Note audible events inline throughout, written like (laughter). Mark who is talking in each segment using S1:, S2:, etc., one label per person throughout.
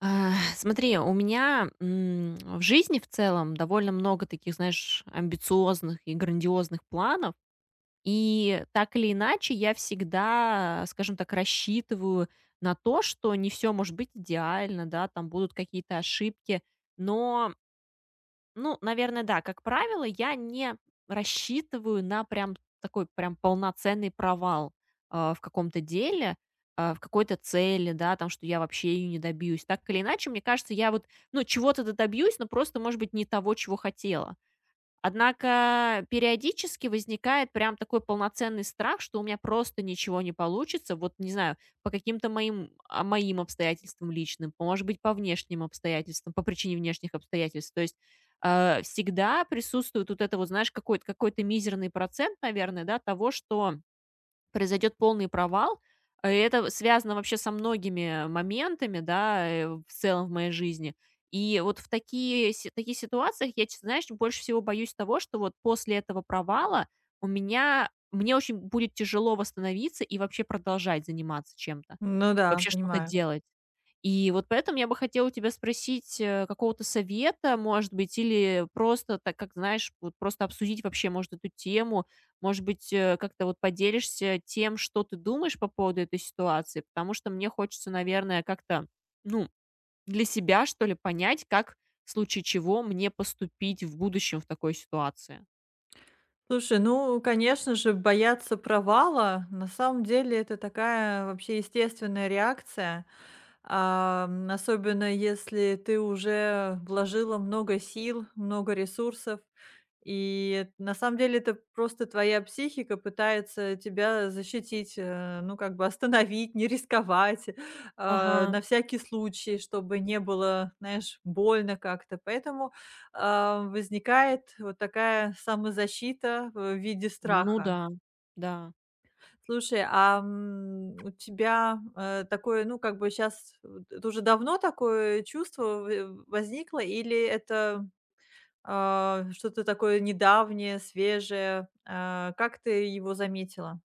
S1: Смотри, у меня, в жизни в целом довольно много таких, знаешь, амбициозных и грандиозных планов. И так или иначе я всегда, скажем так, рассчитываю на то, что не все, может быть идеально, да, там будут какие-то ошибки. Но, ну, наверное, да. Как правило, я не рассчитываю на прям такой прям полноценный провал, в каком-то деле, в какой-то цели, да, там, что я вообще ее не добьюсь. Так или иначе, мне кажется, я вот, ну, чего-то-то добьюсь, но просто, может быть, не того, чего хотела. Однако периодически возникает прям такой полноценный страх, что у меня просто ничего не получится. Вот, не знаю, по каким-то моим обстоятельствам личным, может быть, по внешним обстоятельствам, по причине внешних обстоятельств. То есть всегда присутствует вот это вот, знаешь, какой мизерный процент, наверное, да, того, что произойдет полный провал. Это связано вообще со многими моментами, да, в целом в моей жизни. И вот в таких ситуациях я, честно, знаешь, больше всего боюсь того, что вот после этого провала у меня, мне очень будет тяжело восстановиться и вообще продолжать заниматься чем-то,
S2: Ну да,
S1: вообще что-то
S2: понимаю.
S1: делать. И вот поэтому я бы хотела у тебя спросить какого-то совета, может быть, или просто так, как знаешь, вот просто обсудить вообще, может, эту тему, может быть, как-то вот поделишься тем, что ты думаешь по поводу этой ситуации, потому что мне хочется, наверное, как-то, ну, для себя, что ли, понять, как в случае чего мне поступить в будущем в такой ситуации.
S2: Слушай, ну, конечно же, бояться провала, на самом деле, это такая вообще естественная реакция, особенно если ты уже вложила много сил, много ресурсов, и на самом деле это просто твоя психика пытается тебя защитить, ну, как бы остановить, не рисковать,
S1: Ага.
S2: на всякий случай, чтобы не было, знаешь, больно как-то. Поэтому возникает вот такая самозащита в виде
S1: Ну
S2: страха.
S1: да, да.
S2: Слушай, у тебя, такое, ну, как бы сейчас, это уже давно такое чувство возникло или это, что-то такое недавнее, свежее? А, как ты его заметила?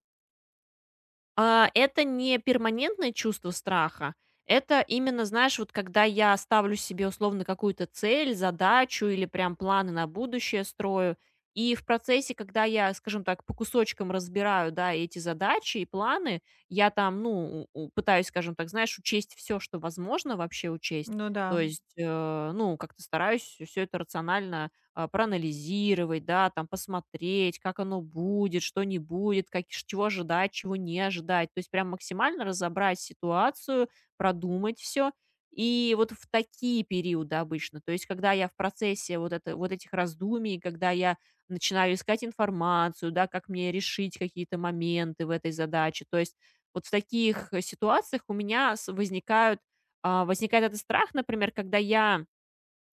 S1: Это не перманентное чувство страха. Это именно, знаешь, вот когда я ставлю себе условно какую-то цель, задачу или прям планы на будущее строю. И в процессе, когда я, скажем так, по кусочкам разбираю, да, эти задачи и планы, я там, ну, пытаюсь, скажем так, знаешь, учесть все, что возможно вообще учесть.
S2: Ну да,
S1: То есть, ну, как-то стараюсь все это рационально проанализировать, да, там посмотреть, как оно будет, что не будет, как, чего ожидать, чего не ожидать. То есть прям максимально разобрать ситуацию, продумать все. И вот в такие периоды обычно, то есть когда я в процессе вот, вот этих раздумий, когда я начинаю искать информацию, да, как мне решить какие-то моменты в этой задаче, то есть вот в таких ситуациях у меня возникает этот страх, например, когда я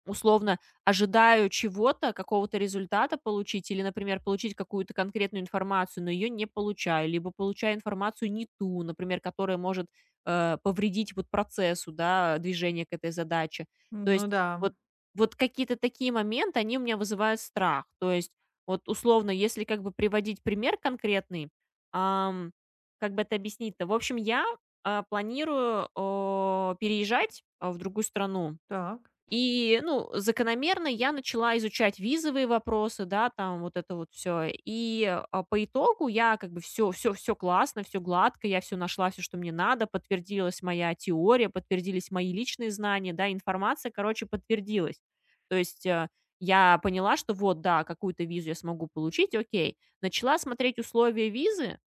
S1: условно ожидаю чего-то, какого-то результата получить или, например, получить какую-то конкретную информацию, но ее не получаю, либо получаю информацию не ту, например, которая может повредить вот процессу, да, движения к этой задаче. То
S2: ну
S1: есть
S2: да,
S1: вот, вот какие-то такие моменты, они у меня вызывают страх. То есть вот условно, если как бы приводить пример конкретный, ам, как бы это объяснить-то? В общем, я планирую переезжать в другую страну.
S2: так.
S1: И, ну, закономерно я начала изучать визовые вопросы, да, там вот это вот все. По итогу я как бы все, все, все классно, все гладко, я все нашла, все, что мне надо, подтвердилась моя теория, подтвердились мои личные знания, да, информация, короче, подтвердилась. То есть, я поняла, что вот, да, какую-то визу я смогу получить, окей. Начала смотреть условия визы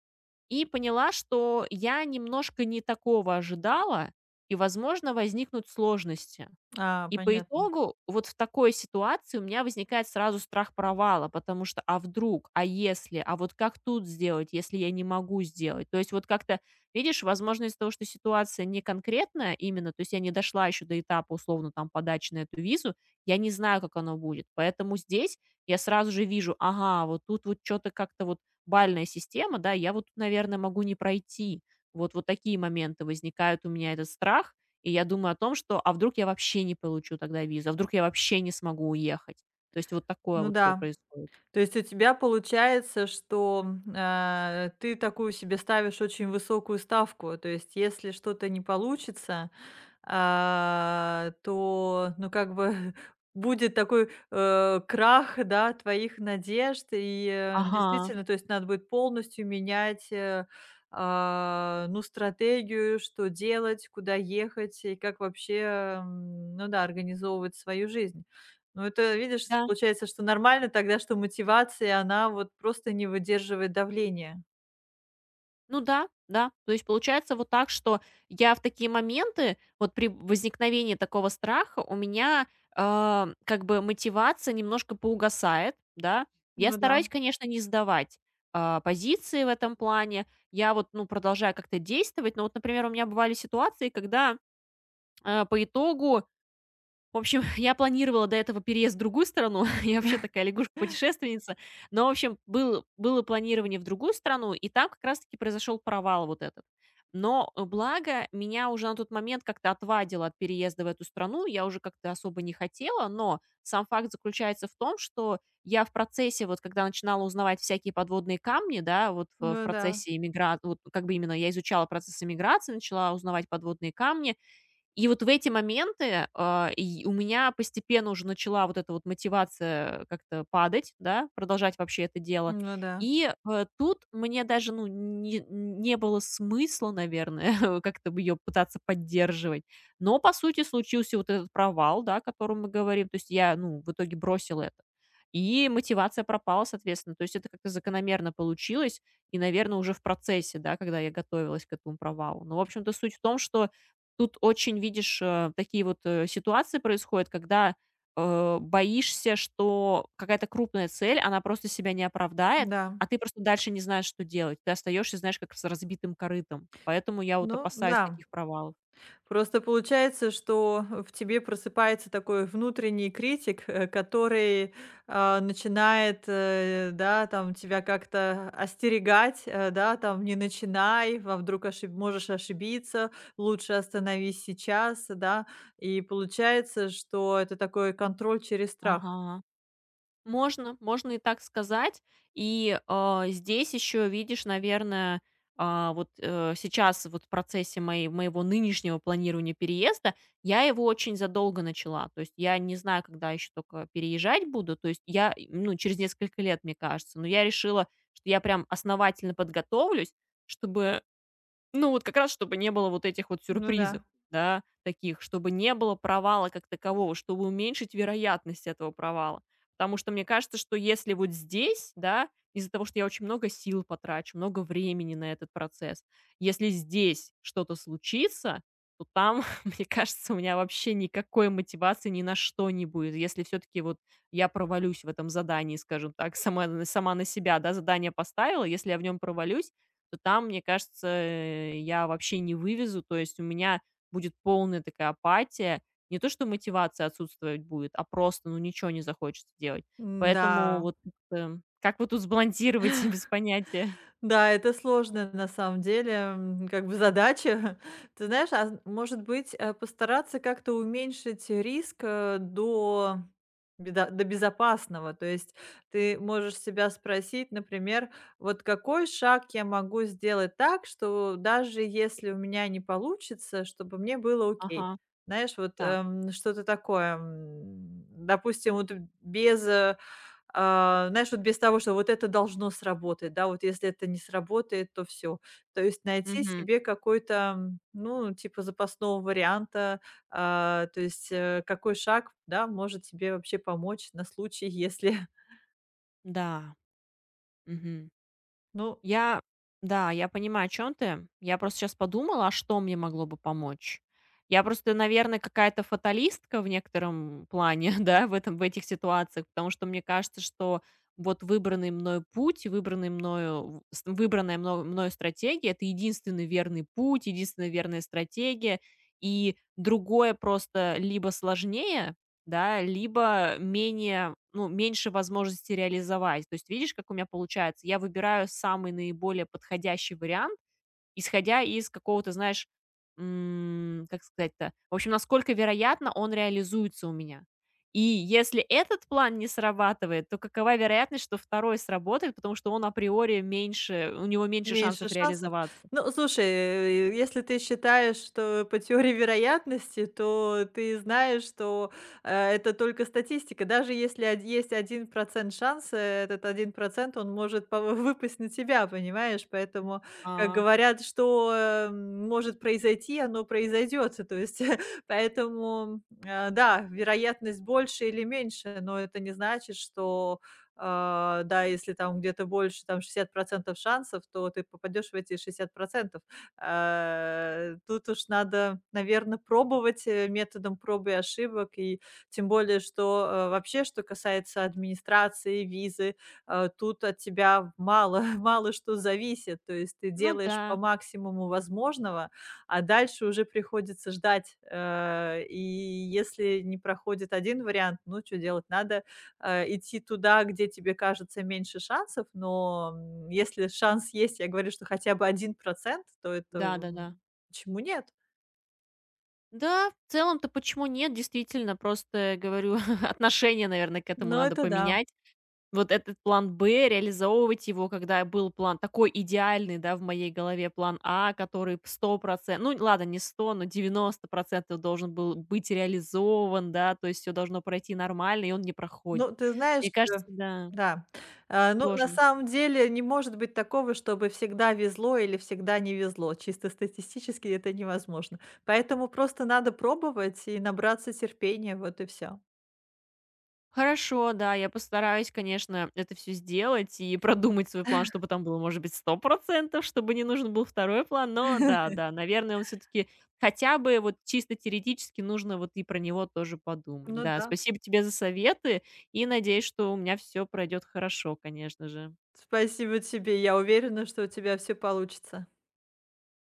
S1: и поняла, что я немножко не такого ожидала и, возможно, возникнут сложности. И по
S2: Понятно.
S1: итогу вот в такой ситуации у меня возникает сразу страх провала, потому что: а вдруг, а если, а вот как тут сделать, если я не могу сделать? То есть вот как-то, видишь, возможно, из-за того, что ситуация не конкретная именно, то есть я не дошла еще до этапа, условно, там, подачи на эту визу, я не знаю, как оно будет. Поэтому здесь я сразу же вижу: ага, вот тут вот что то как-то вот бальная система, да, я вот, наверное, могу не пройти. Вот такие моменты возникают у меня, этот страх. И я думаю о том, что: а вдруг я вообще не получу тогда визу, а вдруг я вообще не смогу уехать? То есть вот такое
S2: Ну
S1: вот п
S2: да.
S1: происходит.
S2: То есть у тебя получается, что, ты такую себе ставишь очень высокую ставку. То есть если что-то не получится, то, ну, как бы (laughs) будет такой, крах, да, твоих надежд. И,
S1: Ага,
S2: действительно, то есть надо будет полностью менять, ну, стратегию, что делать, куда ехать и как вообще, м, ну да, организовывать свою жизнь. Ну, это, видишь,
S1: да,
S2: получается, что нормально тогда, что мотивация, она вот просто не выдерживает давления.
S1: ну да, да. То есть получается вот так, что я в такие моменты, вот при возникновении такого страха у меня, как бы мотивация немножко поугасает, да. Я
S2: Ну да,
S1: стараюсь, конечно, не сдавать, позиции в этом плане. Я вот, ну, продолжаю как-то действовать. Но вот, например, у меня бывали ситуации, когда, по итогу. В общем, (laughs) я планировала до этого переезд в другую страну. (laughs) Я вообще такая лягушка-путешественница. Но, в общем, было планирование в другую страну, и там как раз-таки произошел провал вот этот. Но благо меня уже на тот момент как-то отвадило от переезда в эту страну, я уже как-то особо не хотела, но сам факт заключается в том, что я в процессе, вот когда начинала узнавать всякие подводные камни, да, вот в
S2: ну да,
S1: процессе иммиграции, вот как бы именно я изучала процесс иммиграции, начала узнавать подводные камни, и вот в эти моменты, и у меня постепенно уже начала вот эта вот мотивация как-то падать, да, продолжать вообще это дело.
S2: ну да,
S1: И тут мне даже, ну, не было смысла, наверное, (laughs) как-то ее пытаться поддерживать. Но, по сути, случился вот этот провал, да, о котором мы говорим. То есть я, ну, в итоге бросила это. И мотивация пропала, соответственно. То есть это как-то закономерно получилось и, наверное, уже в процессе, да, когда я готовилась к этому провалу. Но, в общем-то, суть в том, что тут очень, видишь, такие вот, ситуации происходят, когда, боишься, что какая-то крупная цель, она просто себя не оправдает,
S2: да.
S1: а ты просто дальше не знаешь, что делать. Ты остаешься, знаешь, как с разбитым корытом. Поэтому я вот
S2: Ну
S1: опасаюсь
S2: да.
S1: таких провалов.
S2: Просто получается, что в тебе просыпается такой внутренний критик, который, начинает, да, там тебя как-то остерегать, да, там: "Не начинай, а вдруг ошиб можешь ошибиться, лучше остановись сейчас", да. И получается, что это такой контроль через страх.
S1: Ага. Можно и так сказать. И, здесь еще, видишь, наверное, вот, сейчас вот в процессе моей моего нынешнего планирования переезда я его очень задолго начала. То есть я не знаю, когда еще только переезжать буду. То есть я, и, ну, через несколько лет, мне кажется. Но я решила, что я прям основательно подготовлюсь, чтобы ну, вот как раз, чтобы не было вот этих вот
S2: Ну
S1: сюрпризов,
S2: да,
S1: да, таких, чтобы не было провала как такового, чтобы уменьшить вероятность этого провала. Потому что мне кажется, что если вот здесь, да, из-за того, что я очень много сил потрачу, много времени на этот процесс, если здесь что-то случится, то там, (laughs) мне кажется, у меня вообще никакой мотивации ни на что не будет. Если все-таки вот я провалюсь в этом задании, скажем так, сама на себя, да, задание поставила, если я в нем провалюсь, то там, мне кажется, я вообще не вывезу. То есть у меня будет полная такая апатия. Не то, что мотивация отсутствовать будет, а просто, ну, ничего не захочется делать. Поэтому
S2: да.
S1: вот как-то как вот тут сбалансировать, (laughs) без понятия.
S2: Да, это сложная на самом деле, м, как бы задача. (laughs) Ты знаешь, а может быть, постараться как-то уменьшить риск до, до безопасного. То есть ты можешь себя спросить, например, вот какой шаг я могу сделать так, что даже если у меня не получится, чтобы мне было окей.
S1: Ага,
S2: Знаешь, вот
S1: так.
S2: что-то такое, м, допустим, вот без э, а, знаешь, вот без того, что вот это должно сработать, да, вот если это не сработает, то все. То есть найти
S1: Мгм.
S2: себе какой-то, м, ну, типа запасного варианта, то есть, какой шаг, да, может тебе вообще помочь на случай, если, (laughs)
S1: Да. Мгм.
S2: ну,
S1: Я да, я понимаю, о чём ты. Я просто сейчас подумала, а что мне могло бы помочь. Я просто, наверное, какая-то фаталистка в некотором плане, (laughs) да, в этих ситуациях, потому что мне кажется, что вот выбранный мною путь, выбранный мною в с выбранная мно мною стратегия — это единственный верный путь, единственная верная стратегия. И другое просто либо сложнее, да, либо менее, ну, меньше возможности реализовать. То есть видишь, как у меня получается? Я выбираю самый наиболее подходящий вариант, исходя из какого-то, знаешь, как сказать-то, в общем, насколько вероятно он реализуется у меня. И если этот план не срабатывает, то какова вероятность, что второй сработает, потому что он априори меньше, у него меньше
S2: меньше
S1: шансов
S2: шансов.
S1: реализоваться.
S2: Ну, слушай, если ты считаешь, что по теории вероятности, то ты знаешь, что, это только статистика. Даже если од есть один процент шанса, этот один процент он может пов (laughs) выпасть на тебя, понимаешь? Поэтому, как
S1: А,
S2: говорят, что, может произойти, оно произойдет. То есть, (laughs) поэтому, да, вероятность больше или меньше, но это не значит, что да, если там где-то больше, там шестьдесят процентов шансов, то ты попадешь в эти 60. Тут уж надо, наверное, пробовать, методом проб и ошибок. И тем более, что, вообще, что касается администрации, визы, тут от тебя мало (laughs) мало что зависит. То есть ты
S1: ну
S2: делаешь по
S1: да,
S2: максимуму возможного, а дальше уже приходится ждать. И если не проходит один вариант, ну, что делать, надо идти туда, где тебе кажется меньше шансов, но, м, если шанс есть, я говорю, что хотя бы один процент, то это,
S1: да-да-да.
S2: м, почему нет?
S1: Да, в целом-то почему нет? Действительно, просто говорю, (laughs) отношение, наверное, к этому
S2: Ну,
S1: надо
S2: это да.
S1: поменять. Вот этот план Б, реализовывать его, когда был план такой идеальный, да, в моей голове план А, который 100%, ну ладно, не 100 но 90% должен был быть реализован, да, то есть все должно пройти нормально, и он не проходит.
S2: Ну, ты знаешь,
S1: Мне
S2: э,
S1: кажется, да,
S2: да. Ну, на
S1: сложно.
S2: самом деле не может быть такого, чтобы всегда везло или всегда не везло. Чисто статистически это невозможно. Поэтому просто надо пробовать и набраться терпения, вот и все.
S1: Хорошо, да, я постараюсь, конечно, это все сделать и продумать свой план, чтобы там было, может быть, 100%, чтобы не нужен был второй план. Но да,
S2: (laughs)
S1: да, наверное, он все таки хотя бы вот чисто теоретически нужно вот и про него тоже подумать.
S2: Ну
S1: Да,
S2: да.
S1: спасибо тебе за советы и надеюсь, что у меня все пройдет хорошо, конечно же.
S2: Спасибо тебе. Я уверена, что у тебя все получится.